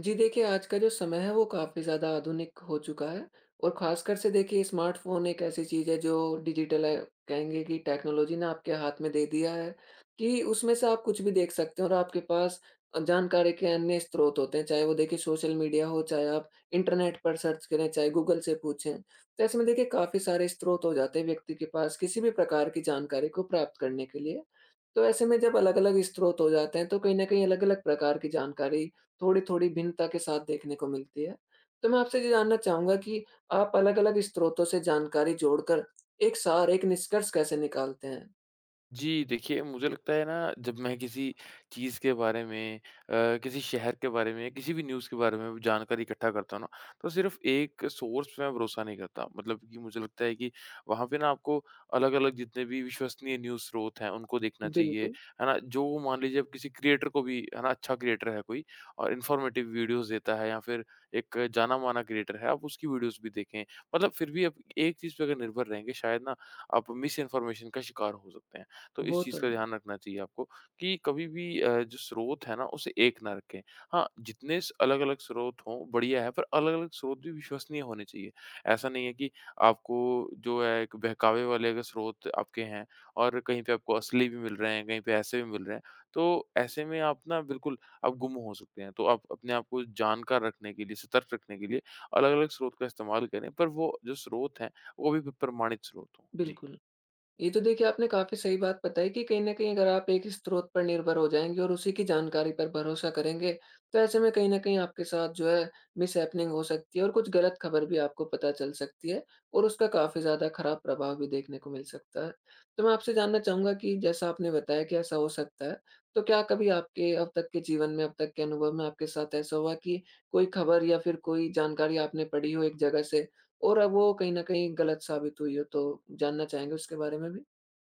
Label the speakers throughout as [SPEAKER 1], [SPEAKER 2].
[SPEAKER 1] जी देखिए, आज का जो समय है वो काफ़ी ज़्यादा आधुनिक हो चुका है। और ख़ासकर से देखिए, स्मार्टफ़ोन एक ऐसी चीज़ है जो डिजिटल है, कहेंगे कि टेक्नोलॉजी ने आपके हाथ में दे दिया है कि उसमें से आप कुछ भी देख सकते हैं। और आपके पास जानकारी के अन्य स्रोत होते हैं, चाहे वो देखिए सोशल मीडिया हो, चाहे आप इंटरनेट पर सर्च करें, चाहे गूगल से पूछें। तो ऐसे में देखिए काफ़ी सारे स्रोत हो जाते हैं व्यक्ति के पास किसी भी प्रकार की जानकारी को प्राप्त करने के लिए। तो ऐसे में जब अलग-अलग स्रोत हो जाते हैं, तो कहीं न कहीं अलग-अलग प्रकार की जानकारी थोड़ी-थोड़ी भिन्नता के साथ देखने को मिलती है। तो मैं आपसे ये जानना चाहूँगा कि आप अलग-अलग स्रोतों से जानकारी जोड़कर एक सार, एक निष्कर्ष कैसे निकालते हैं?
[SPEAKER 2] जी, देखिए मुझे लगता है ना, जब मैं किसी चीज़ के बारे में किसी शहर के बारे में, किसी भी न्यूज़ के बारे में जानकारी इकट्ठा करता हूँ ना, तो सिर्फ़ एक सोर्स पे मैं भरोसा नहीं करता। मतलब कि मुझे लगता है कि वहाँ पे ना आपको अलग-अलग जितने भी विश्वसनीय न्यूज़ स्रोत हैं, उनको देखना चाहिए,
[SPEAKER 1] बिल्कुल।
[SPEAKER 2] है ना? जो मान लीजिए, आप किसी क्रिएटर को भी है ना, अच्छा क्रिएटर है कोई और इन्फॉर्मेटिव वीडियोज़ देता है, या फिर एक जाना-माना क्रिएटर है, आप उसकी वीडियोज़ भी देखें। मतलब फिर भी आप एक चीज़ पे अगर निर्भर रहेंगे, शायद ना आप मिस इन्फॉर्मेशन का शिकार हो सकते हैं। तो इस
[SPEAKER 1] वो तो
[SPEAKER 2] चीज़ का
[SPEAKER 1] है।
[SPEAKER 2] ध्यान रखना चाहिए आपको, कि कभी भी जो स्रोत है ना, उसे एक ना रखें। हाँ, जितने स अलग-अलग स्रोत हों बढ़िया है, पर अलग-अलग स्रोत भी विश्वसनीय होने चाहिए। ऐसा नहीं है कि आपको जो है, एक बहकावे वाले अगर स्रोत आपके हैं और कहीं पे आपको असली भी मिल रहे हैं, कहीं पे ऐसे भी मिल रहे हैं, तो ऐसे में आप ना बिल्कुल आप गुम हो सकते हैं। तो आप अपने आप को जानकार रखने के लिए, सतर्क रखने के लिए अलग-अलग स्रोत का इस्तेमाल करें, पर वो जो स्रोत हैं, वो भी प प्रमाणित स्रोत हों। जी।
[SPEAKER 1] बिल्कुल। ये तो देखिए आपने काफ़ी सही बात बताई कि कहीं न कहीं अगर आप एक स्रोत पर निर्भर हो जाएँगे और उसी की जानकारी पर भरोसा करेंगे, तो ऐसे में कहीं न कहीं आपके साथ जो है मिसहैपनिंग हो सकती है और कुछ गलत खबर भी आपको पता चल सकती है और उसका काफ़ी ज़्यादा खराब प्रभाव भी देखने को मिल सकता है। तो मैं आपसे जानना चाहूँगा कि जैसा आपने बताया कि ऐसा हो सकता है, तो क्या कभी आपके अब तक के जीवन में, अब तक के अनुभव में आपके साथ ऐसा हुआ कि कोई खबर या फिर कोई जानकारी आपने पढ़ी हो एक जगह से और अब वो कहीं न कहीं गलत साबित हुई हो? तो जानना चाहेंगे उसके बारे में भी?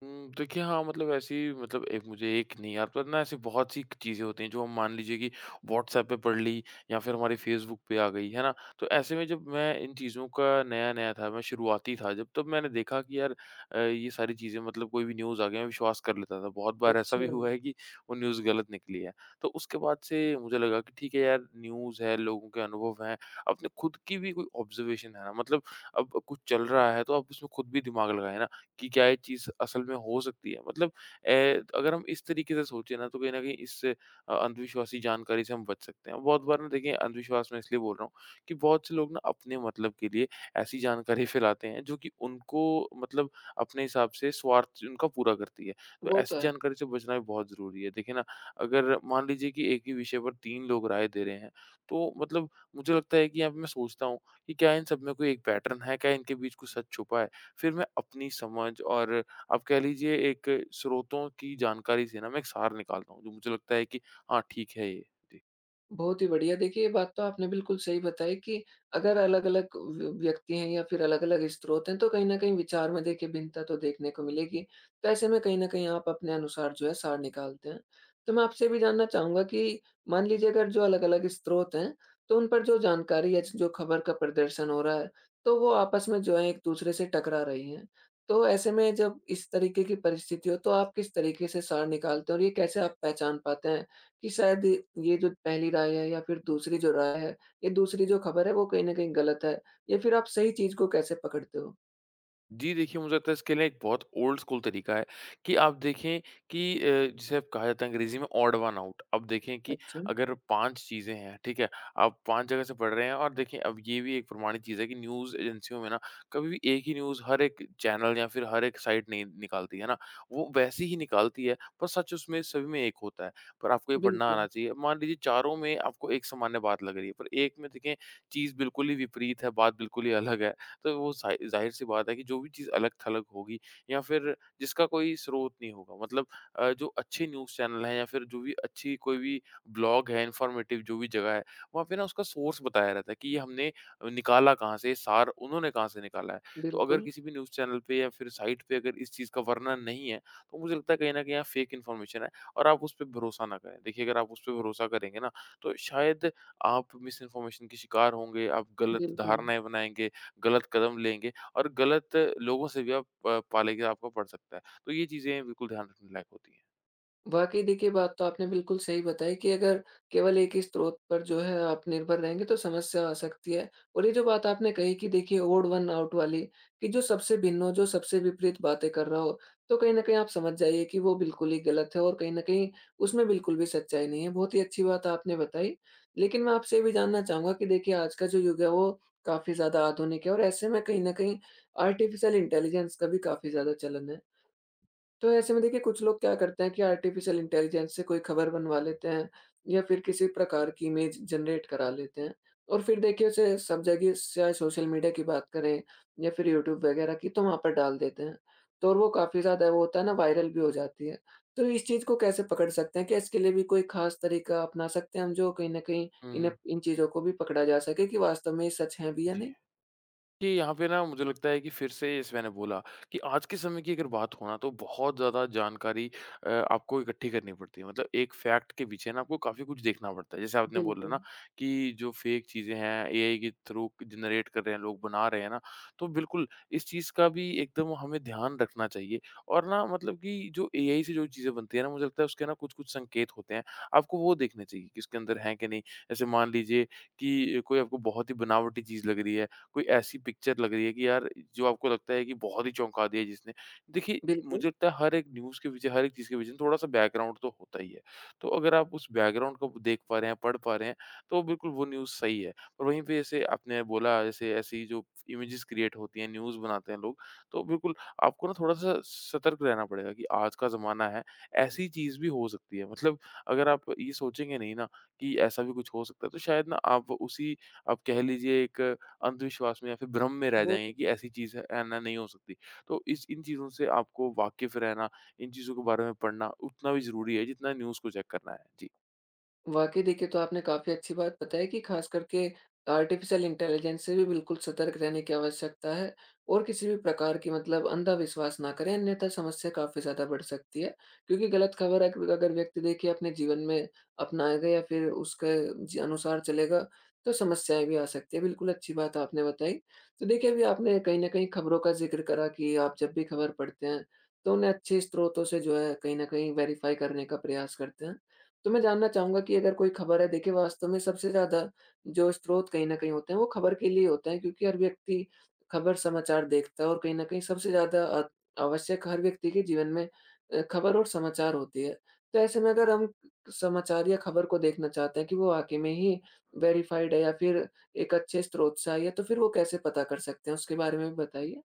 [SPEAKER 2] देखिए हाँ, मतलब ऐसी, मतलब एक मुझे एक नहीं याद, पर ना ऐसी बहुत सी चीज़ें होती हैं जो हम मान लीजिए कि व्हाट्सऐप पे पढ़ ली या फिर हमारे फ़ेसबुक पे आ गई, है ना? तो ऐसे में जब मैं इन चीज़ों का नया-नया था, मैं शुरुआती था जब, तब मैंने देखा कि यार ये सारी चीज़ें, मतलब कोई भी न्यूज़ आ गई, मैं विश्वास कर लेता था। बहुत बार ऐसा
[SPEAKER 1] अच्छा।
[SPEAKER 2] भी हुआ है कि वो न्यूज़ गलत निकली है। तो उसके बाद से मुझे लगा कि ठीक है यार, न्यूज़ है, लोगों के अनुभव हैं, अपने खुद की भी कोई ऑब्ज़र्वेशन है ना, मतलब अब कुछ चल रहा है तो आप उसमें खुद भी दिमाग लगाएँ ना, कि क्या ये चीज़ असल में हो सकती है। मतलब अगर हम इस तरीके से सोचें ना, तो कहीं न कहीं इस अंधविश्वासी जानकारी से हम बच सकते हैं। बहुत बार ना, देखिए, अंधविश्वास मैं इसलिए बोल रहा हूँ, कि बहुत से लोग ना अपने मतलब के लिए ऐसी जानकारी फैलाते हैं, जो कि उनको, मतलब अपने हिसाब से स्वार्थ उनका पूरा करती है। तो
[SPEAKER 1] वो
[SPEAKER 2] ऐसी
[SPEAKER 1] तो है।
[SPEAKER 2] जानकारी से बचना भी बहुत ज़रूरी है। देखिए ना, अगर मान लीजिए कि एक ही विषय पर 3 लोग राय दे रहे हैं, तो मतलब मुझे लगता है कि यहाँ पे मैं सोचता हूँ कि क्या इन सब में कोई एक पैटर्न है? क्या इनके बीच कुछ सच छुपा है? फिर मैं अपनी समझ और आप कह लीजिए एक स्रोतों की जानकारी से ना, मैं एक सार निकालता हूँ, जो मुझे लगता है कि हाँ, ठीक है ये। जी।
[SPEAKER 1] बहुत ही बढ़िया। देखिए, ये बात तो आपने बिल्कुल सही बताई कि अगर अलग-अलग व्यक्ति हैं या फिर अलग-अलग स्रोत हैं, तो कहीं न कहीं विचार में देखिए भिन्नता तो देखने को मिलेगी। तो ऐसे में कहीं न कहीं आप अपने अनुसार जो है सार निकालते हैं। तो मैं आपसे ये भी जानना चाहूँगा कि मान लीजिए अगर जो अलग-अलग स्रोत हैं, तो उन पर जो जानकारी या जो खबर का प्रदर्शन हो रहा है, तो वो आपस में जो है एक-दूसरे से टकरा रही हैं। तो ऐसे में जब इस तरीके की परिस्थिति हो, तो आप किस तरीके से सार निकालते हैं और ये कैसे आप पहचान पाते हैं कि शायद ये जो पहली राय है या फिर दूसरी जो राय है, ये दूसरी जो खबर है वो कहीं न कहीं गलत है, या फिर आप सही चीज़ को कैसे पकड़ते हो?
[SPEAKER 2] जी, देखिए मुझे लगता है इसके लिए एक बहुत ओल्ड स्कूल तरीका है, कि आप देखें कि जिसे अब कहा जाता है अंग्रेज़ी में ऑड वन आउट। अब देखें कि
[SPEAKER 1] अच्छा।
[SPEAKER 2] अगर 5 चीज़ें हैं, ठीक है? आप 5 जगह से पढ़ रहे हैं, और देखिए, अब ये भी एक प्रमाणित चीज़ है कि न्यूज़ एजेंसियों में ना कभी भी एक ही न्यूज़ हर एक चैनल या फिर हर एक साइट नहीं निकालती है ना, वो वैसी ही निकालती है, पर सच उसमें सभी में एक होता है, पर आपको ये पढ़ना आना
[SPEAKER 1] बिल्कुल,
[SPEAKER 2] चाहिए। मान लीजिए चारों में आपको एक सामान्य बात लग रही है, पर एक में देखें चीज़ बिल्कुल ही विपरीत है, बात बिल्कुल ही अलग है, तो वो ज़ाहिर-सी बात है कि जो भी चीज़ अलग-थलग होगी या फिर जिसका कोई स्रोत नहीं होगा, मतलब जो अच्छे न्यूज़ चैनल हैं या फिर जो भी अच्छी कोई भी ब्लॉग है, इन्फॉर्मेटिव जो भी जगह है, वहाँ पे ना उसका सोर्स बताया रहता है कि ये हमने निकाला कहाँ से, सार उन्होंने कहाँ से निकाला है। तो अगर
[SPEAKER 1] बिल्कुल,
[SPEAKER 2] किसी भी न्यूज़ चैनल पे या फिर साइट पे अगर इस चीज़ का वर्णन नहीं है, तो मुझे लगता है कहीं न कहीं यहाँ फेक इन्फॉर्मेशन है, और आप उस पे भरोसा ना करें। देखिए, अगर आप उस पे भरोसा करेंगे ना, तो शायद आप मिस इन्फॉर्मेशन के शिकार होंगे, आप गलत
[SPEAKER 1] बिल्कुल।
[SPEAKER 2] धारणाएँ बनाएँगे, गलत कदम लेंगे, और गलत लोगों से भी आप पाले कि आपको पड़ सकता है। तो ये चीज़ें बिल्कुल ध्यान रखने लायक होती हैं।
[SPEAKER 1] वाक़ई देखिए, बात तो आपने बिल्कुल सही बताई कि अगर केवल एक ही स्रोत पर जो है आप निर्भर रहेंगे तो समस्या आ सकती है। और ये जो बात आपने कही कि देखिए ओड वन आउट वाली, कि जो सबसे भिन्न हो, जो सबसे विपरीत बातें कर रहा हो, तो कहीं न कहीं आप समझ जाइए कि वो बिल्कुल ही गलत है और कहीं न कहीं उसमें बिल्कुल भी सच्चाई नहीं है। बहुत ही अच्छी बात आपने बताई। लेकिन मैं आपसे ये भी जानना चाहूँगा कि देखिए आज का जो युग है वो काफ़ी ज़्यादा आधुनिक है, और ऐसे में कहीं न कहीं आर्टिफ़िशियल इंटेलिजेंस का भी काफ़ी ज़्यादा चलन है। तो ऐसे में देखिए कुछ लोग क्या करते हैं कि आर्टिफिशियल इंटेलिजेंस से कोई खबर बनवा लेते हैं या फिर किसी प्रकार की इमेज जनरेट करा लेते हैं, और फिर देखिए उसे सब जगह, चाहे सोशल मीडिया की बात करें या फिर यूट्यूब वगैरह की, तो वहां पर डाल देते हैं। तो और वो काफी ज्यादा, वो होता है ना, वायरल भी हो जाती है। तो इस चीज को कैसे पकड़ सकते हैं? क्या इसके लिए भी कोई खास तरीका अपना सकते हैं हम, जो कहीं ना कहीं
[SPEAKER 2] हुँ,
[SPEAKER 1] इन
[SPEAKER 2] हुँ।
[SPEAKER 1] इन चीजों को भी पकड़ा जा सके कि वास्तव में ये सच है भी या
[SPEAKER 2] जी।
[SPEAKER 1] नहीं?
[SPEAKER 2] कि यहाँ पे ना मुझे लगता है कि फिर से जैसे मैंने बोला, कि आज के समय की अगर बात हो ना, तो बहुत ज़्यादा जानकारी आपको इकट्ठी करनी पड़ती है। मतलब एक फैक्ट के पीछे ना आपको काफ़ी कुछ देखना पड़ता है। जैसे आपने बोला
[SPEAKER 1] बिल्कुल।
[SPEAKER 2] ना, कि जो फेक चीज़ें हैं एआई के थ्रू जनरेट कर रहे हैं, लोग बना रहे हैं ना, तो बिल्कुल इस चीज़ का भी एकदम हमें ध्यान रखना चाहिए। और ना, मतलब कि जो एआई से जो चीज़ें बनती है ना, मुझे लगता है उसके ना कुछ-कुछ संकेत होते हैं। आपको वो देखने चाहिए कि उसके अंदर है कि नहीं। जैसे मान लीजिए कि कोई आपको बहुत ही बनावटी चीज़ लग रही है, कोई ऐसी पिक्चर लग रही है कि यार, जो आपको लगता है कि बहुत ही चौंका दिया जिसने। देखिए, मुझे
[SPEAKER 1] बिल्कुल।
[SPEAKER 2] लगता है हर एक न्यूज़ के पीछे, हर एक चीज़ के पीछे थोड़ा-सा बैकग्राउंड तो होता ही है। तो अगर आप उस बैकग्राउंड को देख पा रहे हैं, पढ़ पा रहे हैं, तो बिल्कुल वो न्यूज़ सही है। और वहीं पे जैसे आपने बोला, जैसे ऐसी जो इमेजेस क्रिएट होती हैं, न्यूज़ बनाते हैं लोग, तो बिल्कुल आपको ना थोड़ा-सा सतर्क रहना पड़ेगा कि आज का ज़माना है, ऐसी चीज़ भी हो सकती है। मतलब अगर आप ये सोचेंगे नहीं ना, कि ऐसा भी कुछ हो सकता है, तो शायद ना आप उसी, आप कह लीजिए एक अंधविश्वास में या फिर भ्रम में रह
[SPEAKER 1] वो
[SPEAKER 2] जाएँगे
[SPEAKER 1] तो।
[SPEAKER 2] कि ऐसी चीज़ है ना, नहीं हो सकती। तो इस इन चीज़ों से आपको वाकिफ़ रहना, इन चीज़ों के बारे में पढ़ना उतना भी ज़रूरी है जितना न्यूज़ को चेक करना है। जी।
[SPEAKER 1] वाक़ई देखिए, तो आपने काफ़ी अच्छी बात बताई कि ख़ास करके आर्टिफ़िशियल इंटेलिजेंस से भी बिल्कुल सतर्क रहने की आवश्यकता है, और किसी भी प्रकार की मतलब अंधा विश्वास ना करें, अन्यथा समस्या काफ़ी ज़्यादा बढ़ सकती है। क्योंकि गलत खबर अग अगर व्यक्ति देखिए अपने जीवन में अपनाएगा या फिर उसके जी अनुसार चलेगा, तो समस्याएँ भी आ सकती हैं। बिल्कुल अच्छी बात आपने बताई। तो देखिए, अभी आपने कहीं न कहीं खबरों का ज़िक्र करा कि आप जब भी खबर पढ़ते हैं, तो उन्हें अच्छे स्रोतों से जो है कहीं न कहीं वेरीफ़ाई करने का प्रयास करते हैं। तो मैं जानना चाहूँगा कि अगर कोई खबर है देखिए, वास्तव में सबसे ज़्यादा जो स्रोत कहीं न कहीं होते हैं वो खबर के लिए होते हैं, क्योंकि हर व्यक्ति खबर समाचार देखता है और कहीं न कहीं सबसे ज़्यादा आवश्यक हर व्यक्ति के जीवन में खबर और समाचार होती है। तो ऐसे में अगर हम समाचार या खबर को देखना चाहते हैं कि वो वाक़ई में ही वेरिफ़ाइड है या फिर एक अच्छे स्रोत से आई है, तो फिर वो कैसे पता कर सकते हैं? उसके बारे में भी बताइए।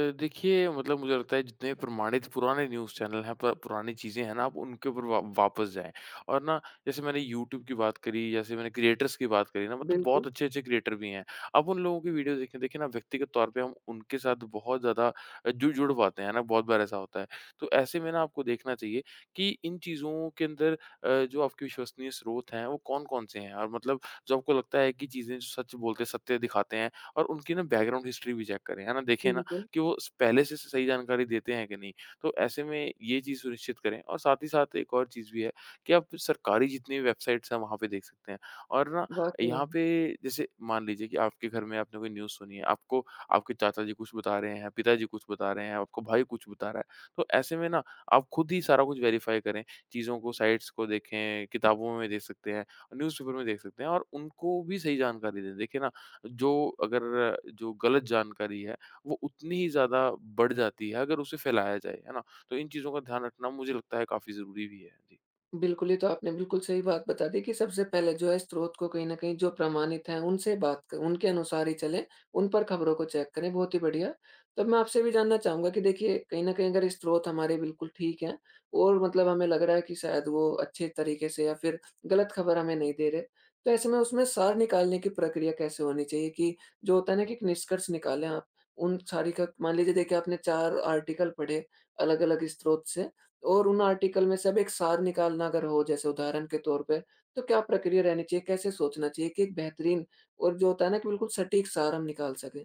[SPEAKER 2] देखिए, मतलब मुझे लगता है जितने प्रमाणित पुराने न्यूज़ चैनल हैं, प पुरानी चीज़ें हैं ना, आप उनके ऊपर वा वापस जाएँ। और ना, जैसे मैंने यूट्यूब की बात करी, जैसे मैंने क्रिएटर्स की बात करी ना, मतलब बहुत
[SPEAKER 1] बिल्कुल।
[SPEAKER 2] अच्छे-अच्छे क्रिएटर भी हैं। आप उन लोगों की वीडियो देखें, देखिए ना, व्यक्तिगत तौर पे हम उनके साथ बहुत ज़्यादा जु जुड़ पाते हैं ना, बहुत बार ऐसा होता है। तो ऐसे में ना आपको देखना चाहिए कि इन चीज़ों के अंदर जो आपके विश्वसनीय स्रोत हैं, वो कौन-कौन से हैं, और मतलब जो आपको लगता है कि चीज़ें जो सच बोलते हैं, सत्य दिखाते हैं, और उनकी ना बैकग्राउंड हिस्ट्री भी चेक करें, है ना? देखें ना,
[SPEAKER 1] बिल्कुल।
[SPEAKER 2] कि वो स पहले से सही जानकारी देते हैं कि नहीं। तो ऐसे में ये चीज़ सुनिश्चित करें, और साथ ही साथ एक और चीज़ भी है, कि आप सरकारी जितनी वेबसाइट्स हैं, वहाँ पे देख सकते हैं। और ना,
[SPEAKER 1] वाक़ई।
[SPEAKER 2] यहाँ पे जैसे मान लीजिए कि आपके घर में आपने कोई न्यूज़ सुनी है, आपको आपके चाचा जी कुछ बता रहे हैं, पिताजी कुछ बता रहे हैं, आपका भाई कुछ बता रहा है। तो ऐसे में ना आप खुद ही सारा कुछ वेरीफ़ाई करें, चीज़ों को, साइट्स को देखें, किताबों में देख सकते हैं, न्यूज़पेपर में देख सकते हैं, और उनको भी सही जानकारी दें। देखिए ना, जो अगर जो गलत जानकारी है, वो उतनी ही ज़्यादा बढ़ जाती है अगर उसे फैलाया जाए, है ना? तो इन चीज़ों का ध्यान रखना मुझे लगता है काफ़ी ज़रूरी भी है। जी।
[SPEAKER 1] बिल्कुल, ये तो आपने बिल्कुल सही बात बता दी कि सबसे पहले जो है स्रोत को कहीं न कहीं जो प्रमाणित हैं उनसे बात क उनके अनुसार ही चलें, उन पर खबरों को चेक करें, बहुत ही बढ़िया। तो मैं आपसे भी जानना चाहूँगा कि देखिए कहीं न कहीं अगर स्रोत हमारे बिल्कुल ठीक हैं और मतलब हमें लग रहा है कि शायद वो अच्छे तरीके से या फिर गलत खबर हमें नहीं दे रहे, तो ऐसे में उसमें सार निकालने की प्रक्रिया कैसे होनी चाहिए कि जो होता है ना कि एक निष्कर्ष निकालें आप, उन सारी का मान लीजिए, देखिए आपने 4 आर्टिकल पढ़े अलग-अलग स्रोत से, और उन आर्टिकल में से अब एक सार निकालना अगर हो, जैसे उदाहरण के तौर पे, तो क्या प्रक्रिया रहनी चाहिए? कैसे सोचना चाहिए कि एक बेहतरीन और जो होता है ना कि बिल्कुल सटीक सार हम निकाल सकें?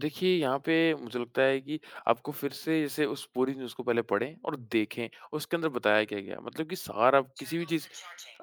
[SPEAKER 2] देखिए, यहाँ पे मुझे लगता है कि आपको फिर से जैसे उस पूरी न्यूज़ को पहले पढ़ें और देखें, उसके अंदर बताया क्या गया है। मतलब कि सारा किसी भी चीज़,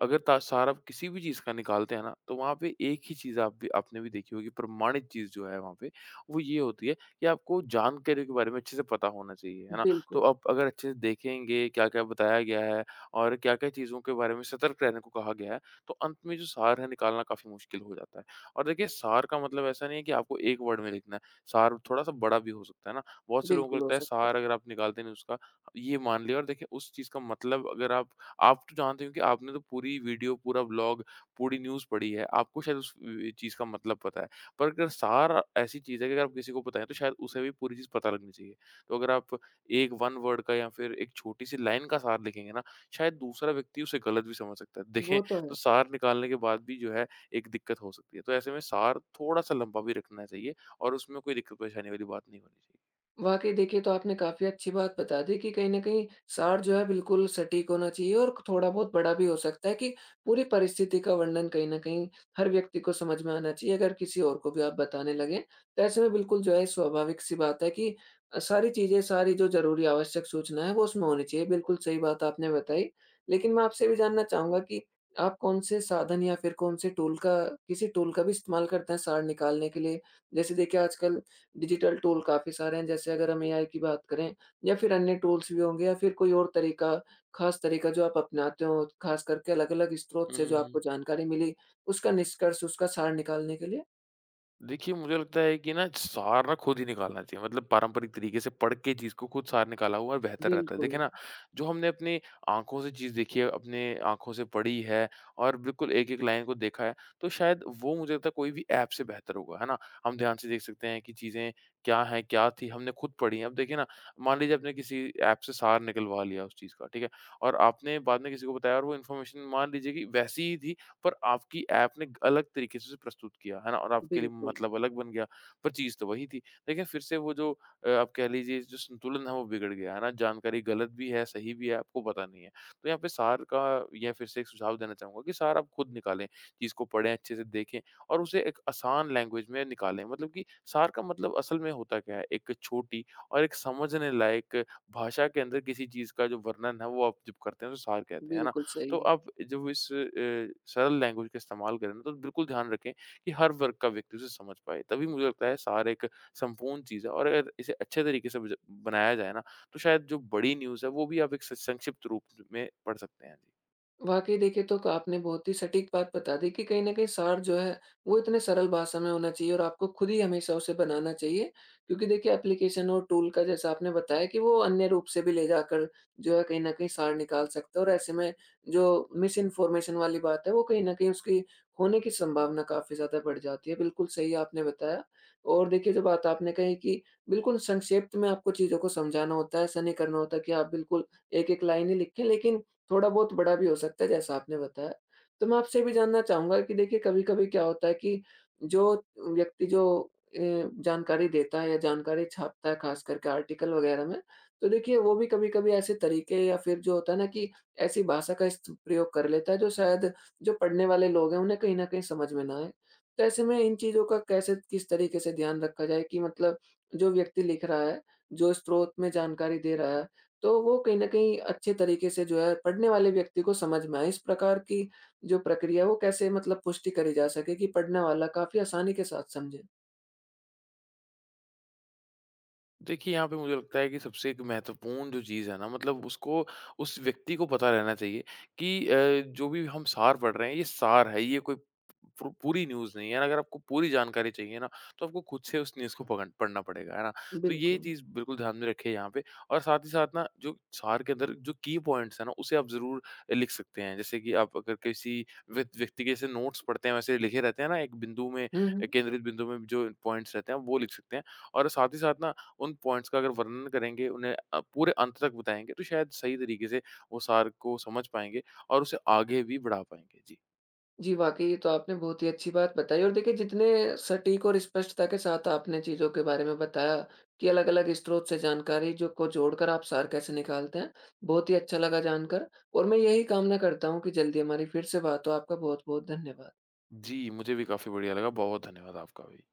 [SPEAKER 2] अगर ता सारा आप किसी भी चीज़ का निकालते हैं ना, तो वहाँ पे एक ही चीज़ आप भी आपने भी देखी होगी, प्रमाणित चीज़ जो है वहाँ पे, वो ये होती है कि आपको जानकारी के बारे में अच्छे से पता होना चाहिए, है ना? तो
[SPEAKER 1] बिल्कुल।
[SPEAKER 2] आप अगर अच्छे से देखेंगे, क्या-क्या बताया गया है और क्या-क्या चीज़ों के बारे में सतर्क रहने को कहा गया है, तो अंत में जो सार है निकालना काफ़ी मुश्किल हो जाता है। और देखिए, सार का मतलब ऐसा नहीं है कि आपको एक वर्ड में लिखना है। सार थोड़ा-सा बड़ा भी हो सकता है ना। बहुत से लोगों को
[SPEAKER 1] बिल्कुल हो
[SPEAKER 2] लगता है
[SPEAKER 1] सकता है।
[SPEAKER 2] सार अगर आप निकालते नहीं उसका, ये मान लिया और देखिए उस चीज़ का मतलब अगर आप तो जानते हो कि आपने तो पूरी वीडियो, पूरा व्लॉग, पूरी न्यूज़ पढ़ी है, आपको शायद उस व चीज़ का मतलब पता है। पर अगर सार ऐसी चीज़ है कि अगर आप किसी को बताएँ तो शायद उसे भी पूरी चीज़ पता लगनी चाहिए। तो अगर आप एक वन वर्ड का या फिर एक छोटी-सी लाइन का सार लिखेंगे ना, शायद दूसरा व्यक्ति उसे गलत भी समझ सकता है। देखें,
[SPEAKER 1] वो तो है।
[SPEAKER 2] तो सार निकालने के बाद भी जो है एक दिक्कत हो सकती है। तो ऐसे में सार थोड़ा-सा लंबा भी रखना चाहिए और उसमें कोई दिक्कत परेशानी वाली बात नहीं होनी चाहिए।
[SPEAKER 1] वाक़ई देखिए, तो आपने काफ़ी अच्छी बात बता दी कि कहीं न कहीं सार जो है बिल्कुल सटीक होना चाहिए और थोड़ा बहुत बड़ा भी हो सकता है, कि पूरी परिस्थिति का वर्णन कहीं न कहीं हर व्यक्ति को समझ में आना चाहिए अगर किसी और को भी आप बताने लगें। तो ऐसे में बिल्कुल जो है स्वाभाविक-सी बात है कि सारी चीज़ें, सारी जो ज़रूरी आवश्यक सूचना है वो उसमें होनी चाहिए। बिल्कुल सही बात आपने बताई। लेकिन मैं आपसे भी जानना चाहूँगा कि आप कौन-से साधन या फिर कौन-से टूल का, किसी टूल का भी इस्तेमाल करते हैं सार निकालने के लिए? जैसे देखिए आजकल डिजिटल टूल काफ़ी सारे हैं, जैसे अगर हम एआई की बात करें या फिर अन्य टूल्स भी होंगे, या फिर कोई और तरीका, ख़ास तरीका जो आप अपनाते हो, ख़ास करके अलग-अलग स्रोत से जो आपको
[SPEAKER 2] हुँ।
[SPEAKER 1] जानकारी मिली, उसका निष्कर्ष, उसका सार निकालने के लिए?
[SPEAKER 2] देखिए, मुझे लगता है कि ना सार ना खुद ही निकालना चाहिए मतलब पारंपरिक तरीके से पढ़ के चीज़ को खुद सार निकाला हुआ बेहतर रहता है। देखिए
[SPEAKER 1] बिल्कुल,
[SPEAKER 2] ना, जो हमने अपनी आँखों से चीज़ देखी है, अपने आँखों से पढ़ी है और बिल्कुल एक-एक लाइन को देखा है, तो शायद वो मुझे लगता है कोई भी ऐप से बेहतर होगा, है ना? हम ध्यान से देख सकते हैं कि चीज़ें क्या हैं, क्या थी, हमने खुद पढ़ी हैं। अब देखिए ना, मान लीजिए आपने किसी ऐप से सार निकलवा लिया उस चीज़ का, ठीक है? और आपने बाद में किसी को बताया और वो इन्फॉर्मेशन मान लीजिए कि वैसी ही थी पर आपकी ऐप ने अलग तरीके से उसे प्रस्तुत किया, है ना? और आपके लिए
[SPEAKER 1] बिल्कुल,
[SPEAKER 2] मतलब अलग बन गया, पर चीज़ तो वही थी। लेकिन फिर से वो जो आप कह लीजिए जो संतुलन है वो बिगड़ गया, है ना? जानकारी गलत भी है, सही भी है, आपको पता नहीं है। तो यहाँ पे सार का यह फिर से एक सुझाव देना चाहूँगा कि सार आप खुद निकालें, चीज़ को पढ़ें, अच्छे से देखें और उसे एक आसान लैंग्वेज में निकालें। मतलब कि सार का मतलब असल में होता क्या है? एक छोटी और एक समझने लायक भाषा के अंदर किसी चीज़ का जो वर्णन है वो आप जब करते हैं तो सार कहते हैं, है ना?
[SPEAKER 1] बिल्कुल
[SPEAKER 2] तो
[SPEAKER 1] सही।
[SPEAKER 2] आप जब इस सरल लैंग्वेज का इस्तेमाल करें ना, तो बिल्कुल ध्यान रखें कि हर वर्ग का व्यक्ति उसे समझ पाए। तभी मुझे लगता है सार एक संपूर्ण चीज़ है और अगर इसे अच्छे तरीके से बज बनाया जाए ना, तो शायद जो बड़ी न्यूज़ है, वो भी आप एक स संक्षिप्त रूप में पढ़ सकते हैं। जी।
[SPEAKER 1] वाक़ई देखिए, तो क आपने बहुत ही सटीक बात बता दी कि कहीं न कहीं सार जो है, वो इतने सरल भाषा में होना चाहिए और आपको खुद ही हमेशा उसे बनाना चाहिए। क्योंकि देखिए एप्लीकेशन और टूल का, जैसा आपने बताया कि वो अन्य रूप से भी ले जाकर जो है कहीं न कहीं सार निकाल सकते हैं, और ऐसे में जो मिस इन्फॉर्मेशन वाली बात है, वो कहीं न कहीं उसकी होने की संभावना काफ़ी ज़्यादा बढ़ जाती है। बिल्कुल सही आपने बताया। और देखिए, जो बात आपने कही कि बिल्कुल संक्षिप्त में आपको चीज़ों को समझाना होता है, ऐसा नहीं करना होता कि आप बिल्कुल एक-एक लाइन ही लिखें, लेकिन थोड़ा बहुत बड़ा भी हो सकता है जैसा आपने बताया। तो मैं आपसे ये भी जानना चाहूँगा कि देखिए कभी-कभी क्या होता है कि जो व्यक्ति जो जानकारी देता है या जानकारी छापता है, ख़ास करके आर्टिकल वग़ैरह में, तो देखिए वो भी कभी-कभी ऐसे तरीके, या फिर जो होता है ना कि ऐसी भाषा का इस्त प्रयोग कर लेता है जो शायद जो पढ़ने वाले लोग हैं उन्हें कहीं न कहीं समझ में ना आए। तो ऐसे में इन चीज़ों का कैसे, किस तरीके से ध्यान रखा जाए कि मतलब जो व्यक्ति लिख रहा है, जो स्रोत में जानकारी दे रहा है, तो वो कहीं न कहीं अच्छे तरीके से जो है पढ़ने वाले व्यक्ति को समझ में आए? इस प्रकार की जो प्रक्रिया है वो कैसे मतलब पुष्टि करी जा सके कि पढ़ने वाला काफ़ी आसानी के साथ समझे?
[SPEAKER 2] देखिए, यहाँ पे मुझे लगता है कि सबसे एक महत्वपूर्ण जो चीज़ है ना मतलब उसको उस व्यक्ति को पता रहना चाहिए कि जो भी हम सार पढ़ रहे हैं ये सार है, ये कोई पू पूरी न्यूज़ नहीं है। ना। अगर आपको पूरी जानकारी चाहिए ना, तो आपको खुद से उस न्यूज़ को पकड़ पढ़ना पड़ेगा, है ना? तो ये
[SPEAKER 1] बिल्कुल।
[SPEAKER 2] चीज़ बिल्कुल ध्यान में रखें यहाँ पे और साथ ही साथ ना जो सार के अंदर जो की पॉइंट्स हैं ना, उसे आप ज़रूर लिख सकते हैं। जैसे कि आप अगर किसी व्यक्ति के जैसे नोट्स पढ़ते हैं वैसे लिखे रहते हैं ना, एक बिंदु में
[SPEAKER 1] हुँ, हुँ।
[SPEAKER 2] केंद्रित बिंदु में जो पॉइंट्स रहते हैं, वो लिख सकते हैं और साथ ही साथ ना उन पॉइंट्स का अगर वर्णन करेंगे, उन्हें पूरे अंत तक बताएँगे, तो शायद सही तरीके से वो सार को समझ पाएँगे और उसे आगे भी बढ़ा पाएँगे। जी।
[SPEAKER 1] जी, वाक़ई ये तो आपने बहुत ही अच्छी बात बताई, और देखिए जितने सटीक और स्पष्टता के साथ आपने चीज़ों के बारे में बताया कि अलग-अलग स्रोत से जानकारी जो को जोड़कर आप सार कैसे निकालते हैं, बहुत ही अच्छा लगा जानकर, और मैं यही कामना करता हूँ कि जल्दी हमारी फिर से बात हो। आपका बहुत-बहुत धन्यवाद।
[SPEAKER 2] जी, मुझे भी काफ़ी बढ़िया लगा। बहुत धन्यवाद आपका भी।